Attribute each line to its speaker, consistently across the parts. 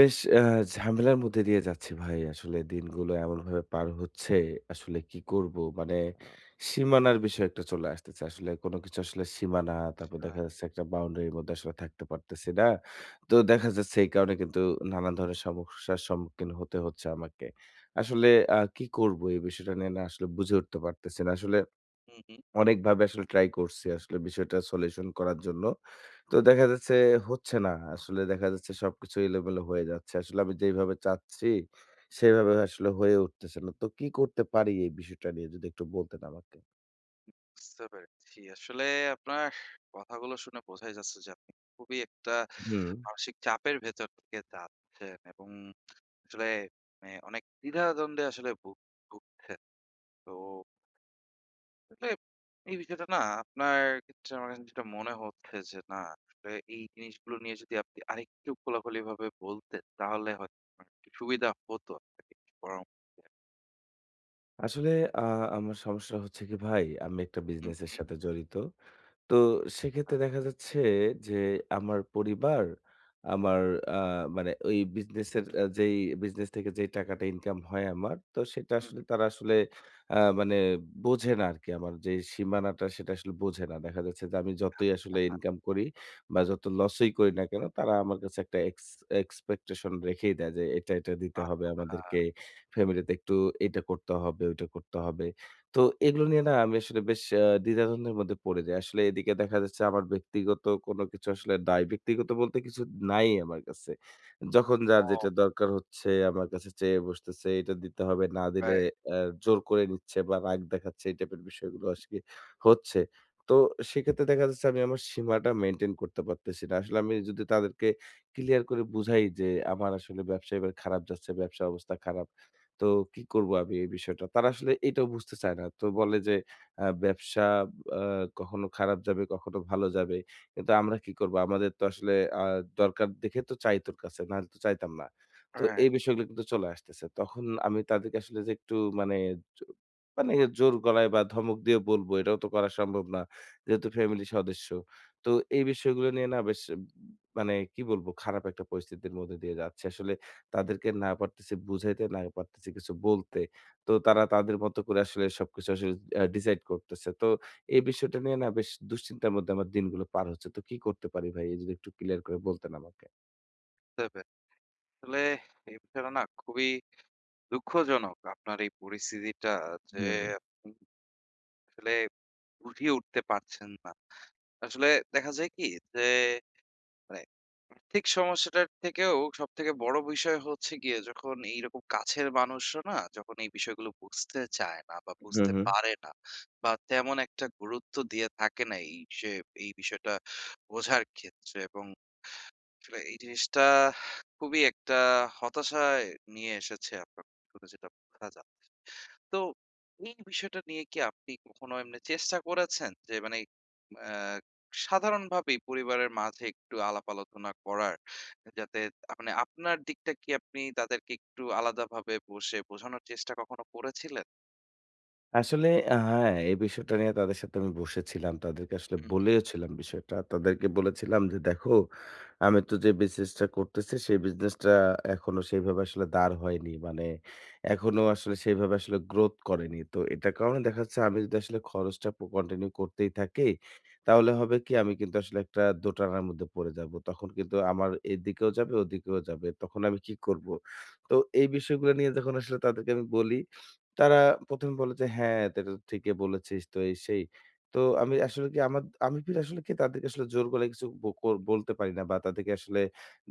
Speaker 1: বেশ ঝামেলার মধ্যে দিয়ে যাচ্ছি ভাই। আসলে দিনগুলো এমনভাবে পার হচ্ছে, আসলে কি করব? মানে সীমানার বিষয় একটা চলে আসতেছে। আসলে কোন কিছু আসলে সীমানা, তারপর
Speaker 2: আ
Speaker 1: দেখা যাচ্ছে একটা বাউন্ডারির মধ্যে আসলে থাকতে পারতেছি না। তো
Speaker 2: হু,
Speaker 1: দেখা যাচ্ছে এই কারণে কিন্তু নানান ধরনের সমস্যার সম্মুখীন হতে হচ্ছে আমাকে। আসলে কি করব? এই বিষয়টা নিয়ে না আসলে বুঝে উঠতে পারতেছি না। আসলে
Speaker 2: হু, হু।
Speaker 1: অনেকভাবে আসলে ট্রাই করছি আসলে বিষয়টা সলিউশন করার জন্য। তো দেখা যাচ্ছে হচ্ছে না। আসলে দেখা যাচ্ছে সবকিছু এলোমেলো হয়ে যাচ্ছে। আসলে আমি যেইভাবে চাচ্ছি, সেভাবে আসলে হয়ে উঠতেছে না। তো কি করতে পারি এই বিষয়টা নিয়ে যদি একটু বলতেন আমাকে?
Speaker 2: বুঝতে পেরেছি। আসলে আপনার কথাগুলো শুনে বোঝাই যাচ্ছে যে আপনি খুবই একটা
Speaker 1: হুম।
Speaker 2: মানসিক চাপের ভেতর থেকে যাচ্ছেন, এবং আসলে মানে অনেক দ্বিধাদ্বন্দ্বে আসলে ভুগছেন। তো আসলে এই বিষয়টা না আপনার ক্ষেত্রে আমার কাছে যেটা মনে হচ্ছে যে না, আসলে এই জিনিসগুলো নিয়ে যদি আপনি আরেকটু খোলাখুলিভাবে বলতেন তাহলে হয়তো আমার একটু সুবিধা হতো আপনাকে একটু পরামর্শ দেওয়া।
Speaker 1: আসলে আ আমার সমস্যা হচ্ছে কি ভাই, আমি একটা
Speaker 2: হু,
Speaker 1: বিজনেসের
Speaker 2: হু।
Speaker 1: সাথে জড়িত। তো
Speaker 2: আ
Speaker 1: সেক্ষেত্রে দেখা যাচ্ছে যে আমার পরিবার আমার আ মানে ওই বিজনেসের যেই বিজনেস থেকে যেই টাকাটা ইনকাম হয় আমার, তো সেটা
Speaker 2: হুম।
Speaker 1: আসলে তারা আসলে মানে বোঝে না আরকি। আমার যে সীমানাটা সেটা আসলে বোঝে না। দেখা যাচ্ছে যে আমি যতই আসলে ইনকাম করি বা যত লসই করি না কেন তারা আমার কাছে একটা এক্সপেকটেশন রেখেই দেয় যে এটা, এটা দিতে
Speaker 2: আ
Speaker 1: হবে আমাদেরকে। ফ্যামিলিতে একটু এটা করতে হবে, ওইটা করতে হবে। তো এগুলো নিয়ে না আমি আসলে বেশ দ্বিধাদ্বন্দ্বের মধ্যে পড়ে যাই। আসলে এদিকে দেখা যাচ্ছে আমার ব্যক্তিগত কোনো কিছু আসলে নাই। ব্যক্তিগত বলতে কিছু নাই আমার কাছে। যখন যার
Speaker 2: ও
Speaker 1: যেটা দরকার হচ্ছে আমার কাছে চেয়ে বসতেছে। এটা দিতে হবে, না দিলে
Speaker 2: রাইট,
Speaker 1: অ্যা জোর করে নিচ্ছে বা রাগ দেখাচ্ছে এই টাইপের বিষয়গুলো আজকে হচ্ছে। তো সেক্ষেত্রে দেখা যাচ্ছে আমি আমার সীমাটা মেইনটেইন করতে পারতেছি না। আসলে আমি যদি তাদেরকে ক্লিয়ার করে বুঝাই যে আমার আসলে ব্যবসা এবার খারাপ যাচ্ছে, ব্যবসার অবস্থা খারাপ। তো কি করব আমি এই বিষয়টা? তারা আসলে এটাও বুঝতে চায় না। তো বলে যে ব্যবসা আ কখনো খারাপ যাবে, কখনো ভালো যাবে। কিন্তু আমরা কি করব? আমাদের তো আসলে আ দরকার দেখে তো চাই তোর কাছে, নাহলে তো চাইতাম না। তো এই
Speaker 2: রাইট।
Speaker 1: বিষয়গুলো কিন্তু চলে আসতেছে। তখন আমি তাদেরকে আসলে যে একটু মানে জ মানে জোর গলায় বা ধমক দিয়ে বলব, এটাও তো করা সম্ভব না। যেহেতু ফ্যামিলি সদস্য। তো এই বিষয়গুলো নিয়ে না বেশ মানে কি বলব? খারাপ একটা পরিস্থিতির মধ্যে দিয়ে যাচ্ছি। আসলে তাদেরকে না পারতেছি বুঝাইতে, না পারতেছি কিছু বলতে। তো তারা তাদের মতো করে আসলে সবকিছু আসলে ডিসাইড করতেছে। তো এই বিষয়টা নিয়ে না বেশ দুশ্চিন্তার মধ্যে আমার দিনগুলো পার হচ্ছে। তো কি করতে পারি ভাই? যদি একটু ক্লিয়ার করে বলতেন আমাকে।
Speaker 2: বুঝতে পেরেছি। আসলে এই বিষয়টা না খুবই দুঃখজনক আপনার এই পরিস্থিতিটা, যে
Speaker 1: হুম,
Speaker 2: আপনি আসলে বুঝিয়ে উঠতে পারছেন না। আসলে দেখা যায় কি, যে মানে আর্থিক সমস্যাটার থেকেও সবথেকে বড় বিষয় হচ্ছে গিয়ে, যখন এইরকম কাছের মানুষরা না, যখন এই বিষয়গুলো বুঝতে চায় না বা
Speaker 1: হুম,
Speaker 2: বুঝতে
Speaker 1: হুম।
Speaker 2: পারে না বা তেমন একটা গুরুত্ব দিয়ে থাকে না এই বিষয়টা বোঝার ক্ষেত্রে, এবং আসলে এই জিনিসটা খুবই একটা হতাশায় নিয়ে এসেছে আপনার, শুনে যেটা বোঝা যায়। তো এই বিষয়টা নিয়ে কি আপনি কখনো এমনি চেষ্টা করেছেন যে, মানে আহ, সাধারণভাবেই পরিবারের মাঝে একটু আলাপ আলোচনা করার, যাতে মানে আপনার দিকটা কি আপনি তাদেরকে একটু আলাদাভাবে বসে বোঝানোর চেষ্টা কখনো করেছিলেন?
Speaker 1: আসলে হ্যাঁ, এই বিষয়টা নিয়ে তাদের সাথে আমি বসেছিলাম। তাদেরকে আসলে
Speaker 2: হুম, হুম।
Speaker 1: বলেওছিলাম বিষয়টা। তাদেরকে বলেছিলাম যে, "দেখো, আমি তো যে বিজনেসটা করতেছি, সেই বিজনেসটা এখনো সেইভাবে আসলে দাঁড় হয়নি। মানে এখনো আসলে সেইভাবে আসলে গ্রোথ করেনি। তো এটার কারণে দেখা যাচ্ছে আমি যদি আসলে খরচটা কন্টিনিউ করতেই থাকি, তাহলে হবে কি আমি কিন্তু আসলে একটা দোটানার মধ্যে পড়ে যাব। তখন কিন্তু আমার এদিকেও যাবে, ওদিকেও যাবে। তখন আমি কি করব?" তো এই বিষয়গুলো নিয়ে যখন আসলে তাদেরকে আমি বলি তারা ১ম বলে যে, "হ্যাঁ, এটা তো ঠিকই বলেছিস" তো এই সেই। তো আমি ফির আসলে কি তাদেরকে আসলে জোর গলায় কিছু ব কর বলতে পারি না বা তাদেরকে আসলে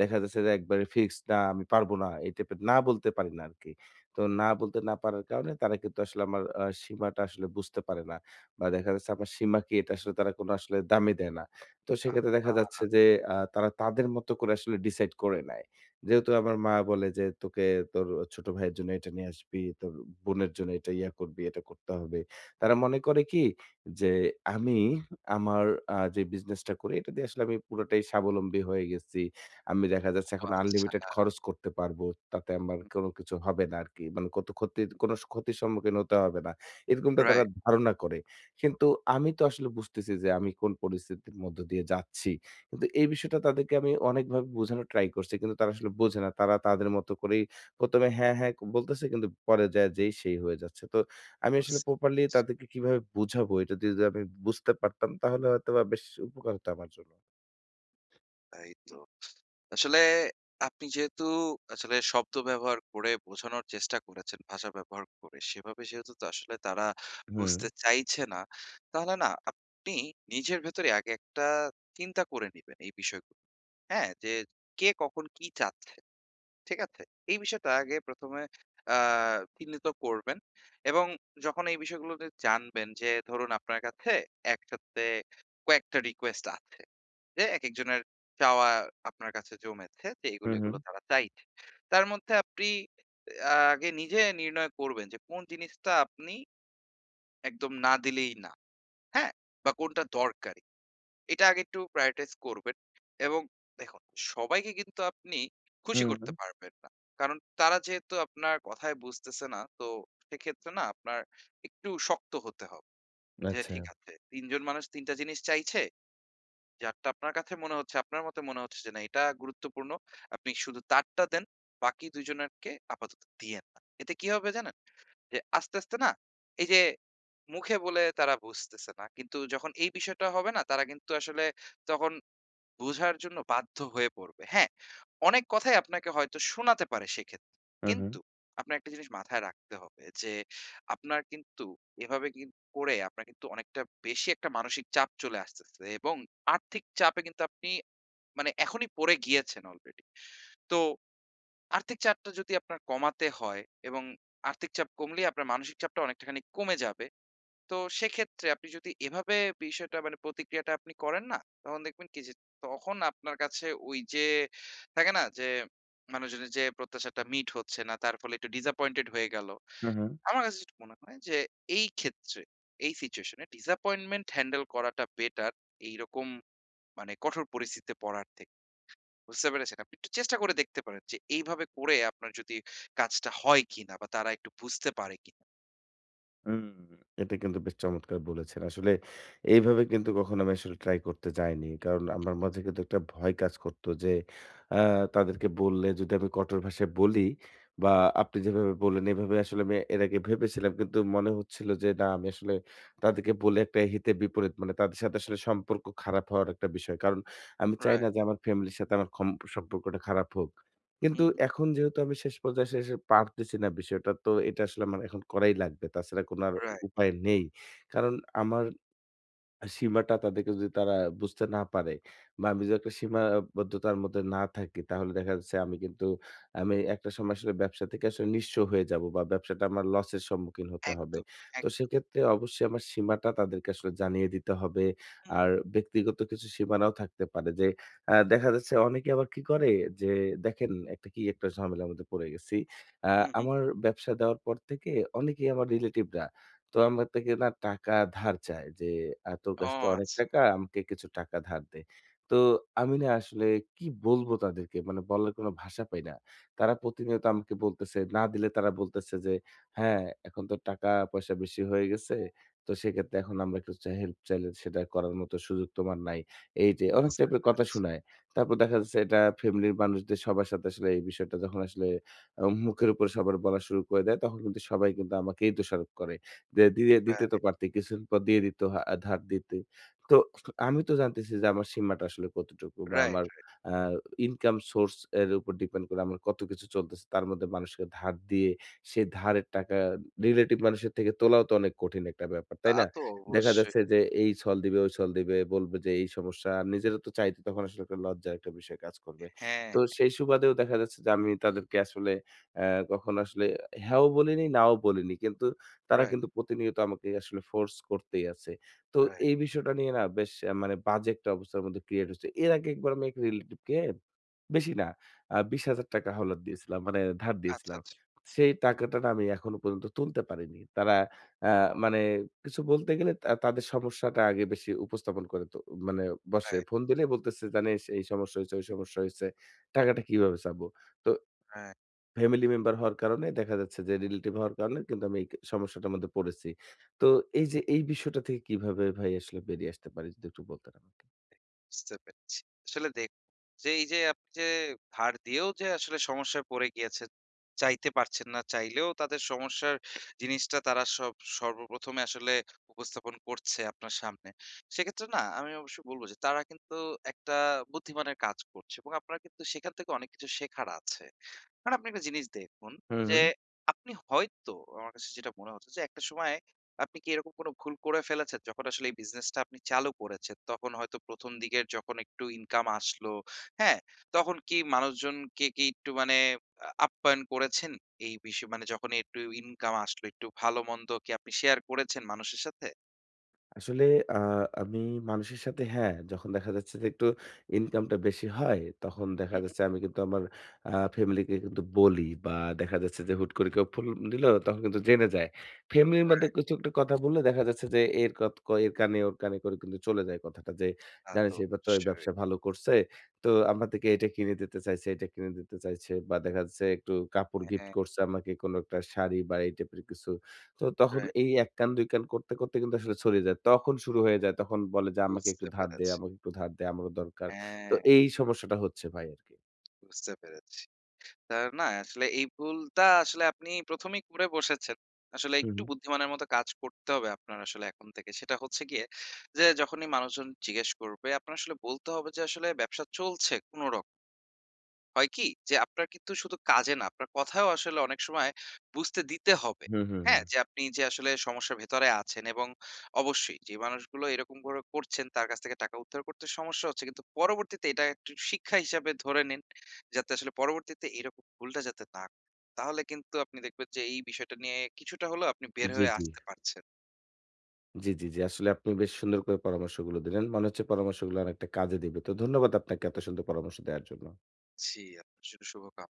Speaker 1: দেখা যাচ্ছে যে একবারে ফিক্সড না আমি পারবো না। এই টাইপের না বলতে পারি না আরকি। তো না বলতে না পারার কারণে তারা কিন্তু আসলে আমার সীমাটা আসলে বুঝতে পারে না। বা দেখা যাচ্ছে আমার সীমা কি এটা আসলে তারা কোনো আসলে দামই দেয় না। তো সেক্ষেত্রে দেখা
Speaker 2: আচ্ছা।
Speaker 1: যাচ্ছে যে তারা তাদের মতো করে আসলে ডিসাইড করে নেয়। যেহেতু আমার মা বলে যে, "তোকে তোর ছোট ভাইয়ের জন্য এটা নিয়ে আসবি, তোর বোনের জন্য এটা ইয়া করবি, এটা করতে হবে।" তারা মনে করে কি যে, আমি আমার যে বিজনেসটা করি এটা দিয়ে আসলে আমি পুরোটাই স্বাবলম্বী হয়ে গেছি। আমি দেখা যাচ্ছে
Speaker 2: ও
Speaker 1: এখন
Speaker 2: আচ্ছা।
Speaker 1: আনলিমিটেড খরচ করতে পারবো। তাতে আমার কোনো কিছু হবে না আরকি। মানে কত ক্ষতির কোনো ক্ষতির সম্মুখীন হতে হবে না। এরকমটা তারা
Speaker 2: রাইট।
Speaker 1: ধারণা করে। কিন্তু আমি তো আসলে বুঝতেছি যে আমি কোন পরিস্থিতির মধ্য দিয়ে যাচ্ছি। কিন্তু এই বিষয়টা তাদেরকে আমি অনেকভাবে বোঝানোর ট্রাই করছি। কিন্তু তারা আসলে বোঝে না। তারা তাদের মতো করেই ১ম এ হ্যাঁ, হ্যাঁ ক- বলতেছে কিন্তু পরে যায়া যেই সেই হয়ে যাচ্ছে। তো আমি আসলে
Speaker 2: বুঝতে
Speaker 1: প্রপারলি
Speaker 2: পেরেছি।
Speaker 1: তাদেরকে কিভাবে বুঝাবো এটা যদি আমি বুঝতে পারতাম তাহলে হয়তোবা বেশ উপকার হতো আমার জন্য।
Speaker 2: তাই তো, আসলে আপনি যেহেতু আসলে শব্দ ব্যবহার করে বোঝানোর চেষ্টা করেছেন, ভাষা ব্যবহার করে, সেভাবে যেহেতু তো আসলে তারা
Speaker 1: হুম,
Speaker 2: বুঝতে চাইছে না, তাহলে না আপনি নিজের ভেতরে আগে একটা চিন্তা করে নিবেন এই বিষয়গুলো। হ্যাঁ? যে কে কখন কি চাচ্ছে, ঠিক আছে? এই বিষয়টা আগে ১ম এ আ চিহ্নিত করবেন, এবং যখন এই বিষয়গুলো নিয়ে জানবেন, যে ধরুন আপনার কাছে একসাথে কয়েকটা রিকোয়েস্ট আছে। যে একেকজনের চাওয়া আপনার কাছে জমেছে, যে
Speaker 1: হু,
Speaker 2: এগুলো,
Speaker 1: হু,
Speaker 2: এগুলো তারা চাইছে। তার মধ্যে আপনি আগে নিজে নির্ণয় করবেন যে কোন জিনিসটা আপনি একদম না দিলেই না। হ্যাঁ? বা কোনটা দরকারি। এটা আগে একটু prioritize করবেন, এবং দেখুন, সবাইকে কিন্তু আপনি
Speaker 1: হু,
Speaker 2: খুশি
Speaker 1: হু।
Speaker 2: করতে পারবেন না। কারণ তারা যেহেতু আপনার কথায় বুঝতেছে না, তো সেক্ষেত্রে না আপনার একটু শক্ত হতে হবে। যে
Speaker 1: আচ্ছা।
Speaker 2: ঠিক আছে, ৩ জন মানুষ ৩ টা জিনিস চাইছে। যারটা আপনার কাছে মনে হচ্ছে, আপনার মতে মনে হচ্ছে যে না এটা গুরুত্বপূর্ণ, আপনি শুধু তারটা দেন, বাকি ২ জনেরকে আপাতত দিয়েন না। এতে কি হবে জানেন? যে আস্তে, আস্তে না, এই যে মুখে বলে তারা বুঝতেছে না, কিন্তু যখন এই বিষয়টা হবে না, তারা কিন্তু আসলে তখন বোঝার জন্য বাধ্য হয়ে পড়বে। হ্যাঁ, অনেক কথাই আপনাকে হয়তো শোনাতে পারে সেক্ষেত্রে।
Speaker 1: হু, হু,
Speaker 2: কিন্তু আপনার একটা জিনিস মাথায় রাখতে হবে যে, আপনার কিন্তু এভাবে করে আপনার কিন্তু অনেকটা বেশি একটা মানসিক চাপ চলে আসতেছে, এবং আর্থিক চাপে কিন্তু আপনি মানে এখনই পড়ে গিয়েছেন অলরেডি। তো আর্থিক চাপটা যদি আপনার কমাতে হয়, এবং আর্থিক চাপ কমলেই আপনার মানসিক চাপটা অনেকটাখানি কমে যাবে। তো সেক্ষেত্রে আপনি যদি এভাবে বিষয়টা, মানে প্রতিক্রিয়াটা আপনি করেন না, তখন দেখবেন কি, যে তখন আপনার কাছে ওই যে থাকে না, যে মানুষজনের যে প্রত্যাশাটা মিট হচ্ছে না তার ফলে একটু ডিসঅ্যাপয়েন্টেড হয়ে গেল।
Speaker 1: হু, হু।
Speaker 2: আমার কাছে যেটা মনে হয় যে এই ক্ষেত্রে, এই সিচুয়েশনে ডিসঅ্যাপয়েন্টমেন্ট হ্যান্ডেল করাটা বেটার এইরকম মানে কঠোর পরিস্থিতিতে পড়ার থেকে। বুঝতে পেরেছেন? আপনি একটু চেষ্টা করে দেখতে পারেন যে এইভাবে করে আপনার যদি কাজটা হয় কিনা, বা তারা একটু বুঝতে পারে কিনা।
Speaker 1: হুম, এটা কিন্তু বেশ চমৎকার বলেছেন। আসলে এইভাবে কিন্তু কখনো আমি আসলে ট্রাই করতে যাইনি। কারণ আমার মাঝে কিন্তু একটা ভয় কাজ করত যে আ তাদেরকে বললে যদি আমি কঠোর ভাষায় বলি বা আপনি যেভাবে বললেন এভাবে আসলে আমি এর আগে ভেবেছিলাম। কিন্তু মনে হচ্ছিল যে না আমি আসলে তাদেরকে বলে একটা হিতে বিপরীত মানে তাদের সাথে আসলে সম্পর্ক খারাপ হওয়ার একটা বিষয়। কারণ আমি চাই না
Speaker 2: রাইট,
Speaker 1: যে আমার ফ্যামিলির সাথে আমার সম্পর্কটা খারাপ হোক।
Speaker 2: হুম,
Speaker 1: কিন্তু
Speaker 2: হুম।
Speaker 1: এখন যেহেতু আমি শেষ পর্যায়ে এসে পারতেছি না বিষয়টা, তো এটা আসলে আমার এখন করাই লাগবে। তাছাড়া কোনো আর
Speaker 2: রাইট।
Speaker 1: উপায় নেই। কারণ আমার সীমাটা তাদেরকে যদি তারা বুঝতে না পারে বা আমি যদি একটা সীমাবদ্ধতার মধ্যে না থাকি, তাহলে দেখা যাচ্ছে আমি একটা সময় আসলে ব্যবসা থেকে আসলে নিঃস্ব হয়ে যাব বা ব্যবসাটা আমার লসের সম্মুখীন হতে হবে।
Speaker 2: একদম,
Speaker 1: তো
Speaker 2: একদম।
Speaker 1: সেক্ষেত্রে অবশ্যই আমার সীমাটা তাদেরকে আসলে জানিয়ে দিতে হবে।
Speaker 2: হুম।
Speaker 1: আর ব্যক্তিগত কিছু সীমানাও থাকতে পারে যে দেখা যাচ্ছে অনেকে আবার কি করে যে দেখেন একটা কি একটা ঝামেলার মধ্যে পড়ে গেছি। আ
Speaker 2: হুম, হুম।
Speaker 1: আমার ব্যবসা দেওয়ার পর থেকে অনেকেই আমার রিলেটিভরা তো আমার থেকে না টাকা ধার চায় যে, "তোর
Speaker 2: ও
Speaker 1: কাছে তো অনেক টাকা,
Speaker 2: আচ্ছা,
Speaker 1: আমাকে কিছু টাকা ধার দে।" তো আমি না আসলে কি বলবো তাদেরকে? মানে বলার কোনো ভাষা পাই না। তারা প্রতিনিয়ত আমাকে বলতেছে, না দিলে তারা বলতেছে যে, "হ্যাঁ, এখন তো টাকা-পয়সা বেশি হয়ে গেছে। তো সেক্ষেত্রে এখন আমরা কিছু হেল্প চাইলে সেটা করার মতো সুযোগ তোমার নাই।" এই যে অনেক
Speaker 2: আচ্ছা,
Speaker 1: টাইপের কথা
Speaker 2: আচ্ছা।
Speaker 1: শুনায়। তারপর দেখা যাচ্ছে এটা ফ্যামিলির মানুষদের সবার সাথে আসলে এই বিষয়টা যখন আসলে মুখের উপর সবার বলা শুরু করে দেয়, তখন কিন্তু সবাই কিন্তু আমাকেই দোষারোপ করে। দিয়ে দিতে তো
Speaker 2: রাইট,
Speaker 1: পারতে। কিছুদিন পর দিয়ে দিত হা ধার দিতে। তো আমি তো জানতেছি যে আমার সীমাটা আসলে কতটুকু বা
Speaker 2: রাইট।
Speaker 1: আমার আ ইনকাম সোর্স এর উপর ডিপেন্ড করে আমার কত কিছু চলতেছে। তার মধ্যে মানুষকে ধার দিয়ে সেই ধারের টাকা রিলেটিভ মানুষের থেকে তোলাও তো অনেক কঠিন একটা ব্যাপার,
Speaker 2: তা
Speaker 1: তাই না?
Speaker 2: তো
Speaker 1: দেখা
Speaker 2: অবশ্যই।
Speaker 1: যাচ্ছে যে এই ছল দিবে, ওই ছল দিবে, বলবে যে এই সমস্যা। আর নিজেরও তো চাইতে তখন আসলে একটা লজ্জার একটা বিষয় কাজ করবে।
Speaker 2: হ্যাঁ,
Speaker 1: তো সেই সুবাদেও দেখা যাচ্ছে যে আমি তাদেরকে আসলে কখনো আসলে হ্যাঁও বলিনি, নাও বলিনি। কিন্তু তারা
Speaker 2: রাইট,
Speaker 1: কিন্তু প্রতিনিয়ত আমাকে আসলে ফোর্স করতেই আছে। তো
Speaker 2: রাইট।
Speaker 1: এই বিষয়টা নিয়ে না বেশ মানে বাজে একটা অবস্থার মধ্যে ক্রিয়েট হচ্ছে। এর আগে একবার আমি এক রিলেটিভকে বেশি না ৳২০,০০০ হাওলাত দিয়েছিলাম। মানে ধার
Speaker 2: আচ্ছা,
Speaker 1: দিয়েছিলাম।
Speaker 2: আচ্ছা।
Speaker 1: সেই টাকাটা না আমি এখনো পর্যন্ত তুলতে পারিনি। তারা আ
Speaker 2: ও
Speaker 1: মানে কিছু বলতে গেলে তা তাদের সমস্যাটা আগে বেশি উপস্থাপন করে তো মানে বসে।
Speaker 2: রাইট,
Speaker 1: ফোন দিলেই বলতেছে, "জানিস এই সমস্যা হয়েছে, ওই সমস্যা হয়েছে। টাকাটা কিভাবে চাবো?" তো
Speaker 2: রাইট।
Speaker 1: ফ্যামিলি মেম্বার হওয়ার কারণে দেখা যাচ্ছে যে রিলেটিভ হওয়ার কারণে কিন্তু আমি এই সমস্যাটার মধ্যে পড়েছি। তো এই যে এই বিষয়টা থেকে কিভাবে ভাই আসলে বেরিয়ে আসতে পারি? যদি একটু বলতেন আমাকে।
Speaker 2: বুঝতে পেরেছি। আসলে দেখুন, যে এই যে আপনি যে ধার দিয়েও যে আসলে সমস্যায় পড়ে গিয়েছেন, চাইতে পারছেন না, চাইলেও তাদের সমস্যার জিনিসটা তারা সব সর্বপ্রথমে আসলে উপস্থাপন করছে আপনার সামনে। সেক্ষেত্রে না আমি অবশ্যই বলব যে তারা কিন্তু একটা বুদ্ধিমানের কাজ করছে, এবং আপনার কিন্তু সেখান থেকে অনেক কিছু শেখার আছে। কারণ আপনি একটা জিনিস দেখুন,
Speaker 1: হু, হু।
Speaker 2: যে আপনি হয়তো, আমার কাছে যেটা মনে হচ্ছে, যে একটা সময় আপনি কি এরকম কোনো ভুল করে ফেলেছেন? যখন আসলে এই বিজনেসটা আপনি চালু করেছেন, তখন হয়তো ১ম দিকের যখন একটু ইনকাম আসলো, হ্যাঁ? তখন কি মানুষজনকে কি একটু মানে আপ্যায়ন করেছেন? এই বিষয় মানে যখন একটু ইনকাম আসলো, একটু ভালো-মন্দ কি আপনি শেয়ার করেছেন মানুষের সাথে?
Speaker 1: আসলে আ আমি মানুষের সাথে হ্যাঁ, যখন দেখা যাচ্ছে যে একটু ইনকামটা বেশি হয়, তখন দেখা
Speaker 2: হুম, হুম।
Speaker 1: যাচ্ছে আমি কিন্তু আমার ফ্যামিলিকে কিন্তু বলি বা দেখা যাচ্ছে যে হুট করে কেউ ফোন দিল তখন কিন্তু জেনে যায়। ফ্যামিলির মধ্যে
Speaker 2: রাইট,
Speaker 1: কিছু একটা কথা বললে দেখা যাচ্ছে যে এর কত ক এর কানে ওর কানে করে কিন্তু চলে যায় কথাটা যে,
Speaker 2: তা
Speaker 1: "জানিস
Speaker 2: তো
Speaker 1: এবার তো এই
Speaker 2: অবশ্যই।
Speaker 1: ব্যবসা ভালো করছে। তো আমার থেকে এটা কিনে দিতে চাইছে, এটা কিনে দিতে চাইছে" বা দেখা যাচ্ছে একটু কাপড় গিফট
Speaker 2: হ্যাঁ,
Speaker 1: করছে আমাকে কোনো একটা শাড়ি বা এই টাইপের কিছু। তো তখন
Speaker 2: রাইট।
Speaker 1: এই ১ কান ২ কান করতে, করতে কিন্তু আসলে ছড়িয়ে যায়। তখন শুরু হয়ে যায়। তখন বলে যে, "আমাকে একটু
Speaker 2: বুঝতে
Speaker 1: ধার দে,
Speaker 2: পেরেছি।
Speaker 1: আমাকে একটু ধার দে, আমারও দরকার।" তো
Speaker 2: হ্যাঁ,
Speaker 1: এই সমস্যাটা হচ্ছে ভাই আরকি।
Speaker 2: বুঝতে পেরেছি। তা না, আসলে এই ভুলটা আসলে আপনি ১ম এই করে বসেছেন। আসলে
Speaker 1: হু,
Speaker 2: একটু
Speaker 1: হু।
Speaker 2: বুদ্ধিমানের মতো কাজ করতে হবে আপনার আসলে এখন থেকে। সেটা হচ্ছে গিয়ে যে, যখনই মানুষজন জিজ্ঞেস করবে, আপনার আসলে বলতে হবে যে, আসলে ব্যবসা চলছে কোনরকম। হয় কি? যে আপনার কিন্তু শুধু কাজে না, আপনার কথায়ও আসলে অনেক সময় বুঝতে দিতে হবে।
Speaker 1: হুম, হুম, হুম।
Speaker 2: হ্যাঁ? যে আপনি যে আসলে সমস্যার ভেতরে আছেন, এবং অবশ্যই যে মানুষগুলো এরকম করে করছেন তার কাছ থেকে টাকা উদ্ধার করতে সমস্যা হচ্ছে। কিন্তু পরবর্তীতে এটা একটু শিক্ষা হিসাবে ধরে নিন, যাতে আসলে পরবর্তীতে এরকম ভুলটা যাতে না করেন। তাহলে কিন্তু আপনি দেখবেন যে এই বিষয়টা নিয়ে কিছুটা হলেও আপনি
Speaker 1: হুম।
Speaker 2: বের
Speaker 1: জি,
Speaker 2: হয়ে
Speaker 1: জি।
Speaker 2: আসতে পারছেন।
Speaker 1: জি, জি, জি। আসলে আপনি বেশ সুন্দর করে পরামর্শগুলো দিলেন। মনে হচ্ছে পরামর্শগুলো অনেকটা কাজে দিবে। তো ধন্যবাদ আপনাকে এত সুন্দর পরামর্শ দেওয়ার জন্য।
Speaker 2: জি, আপনার জন্য শুভকাম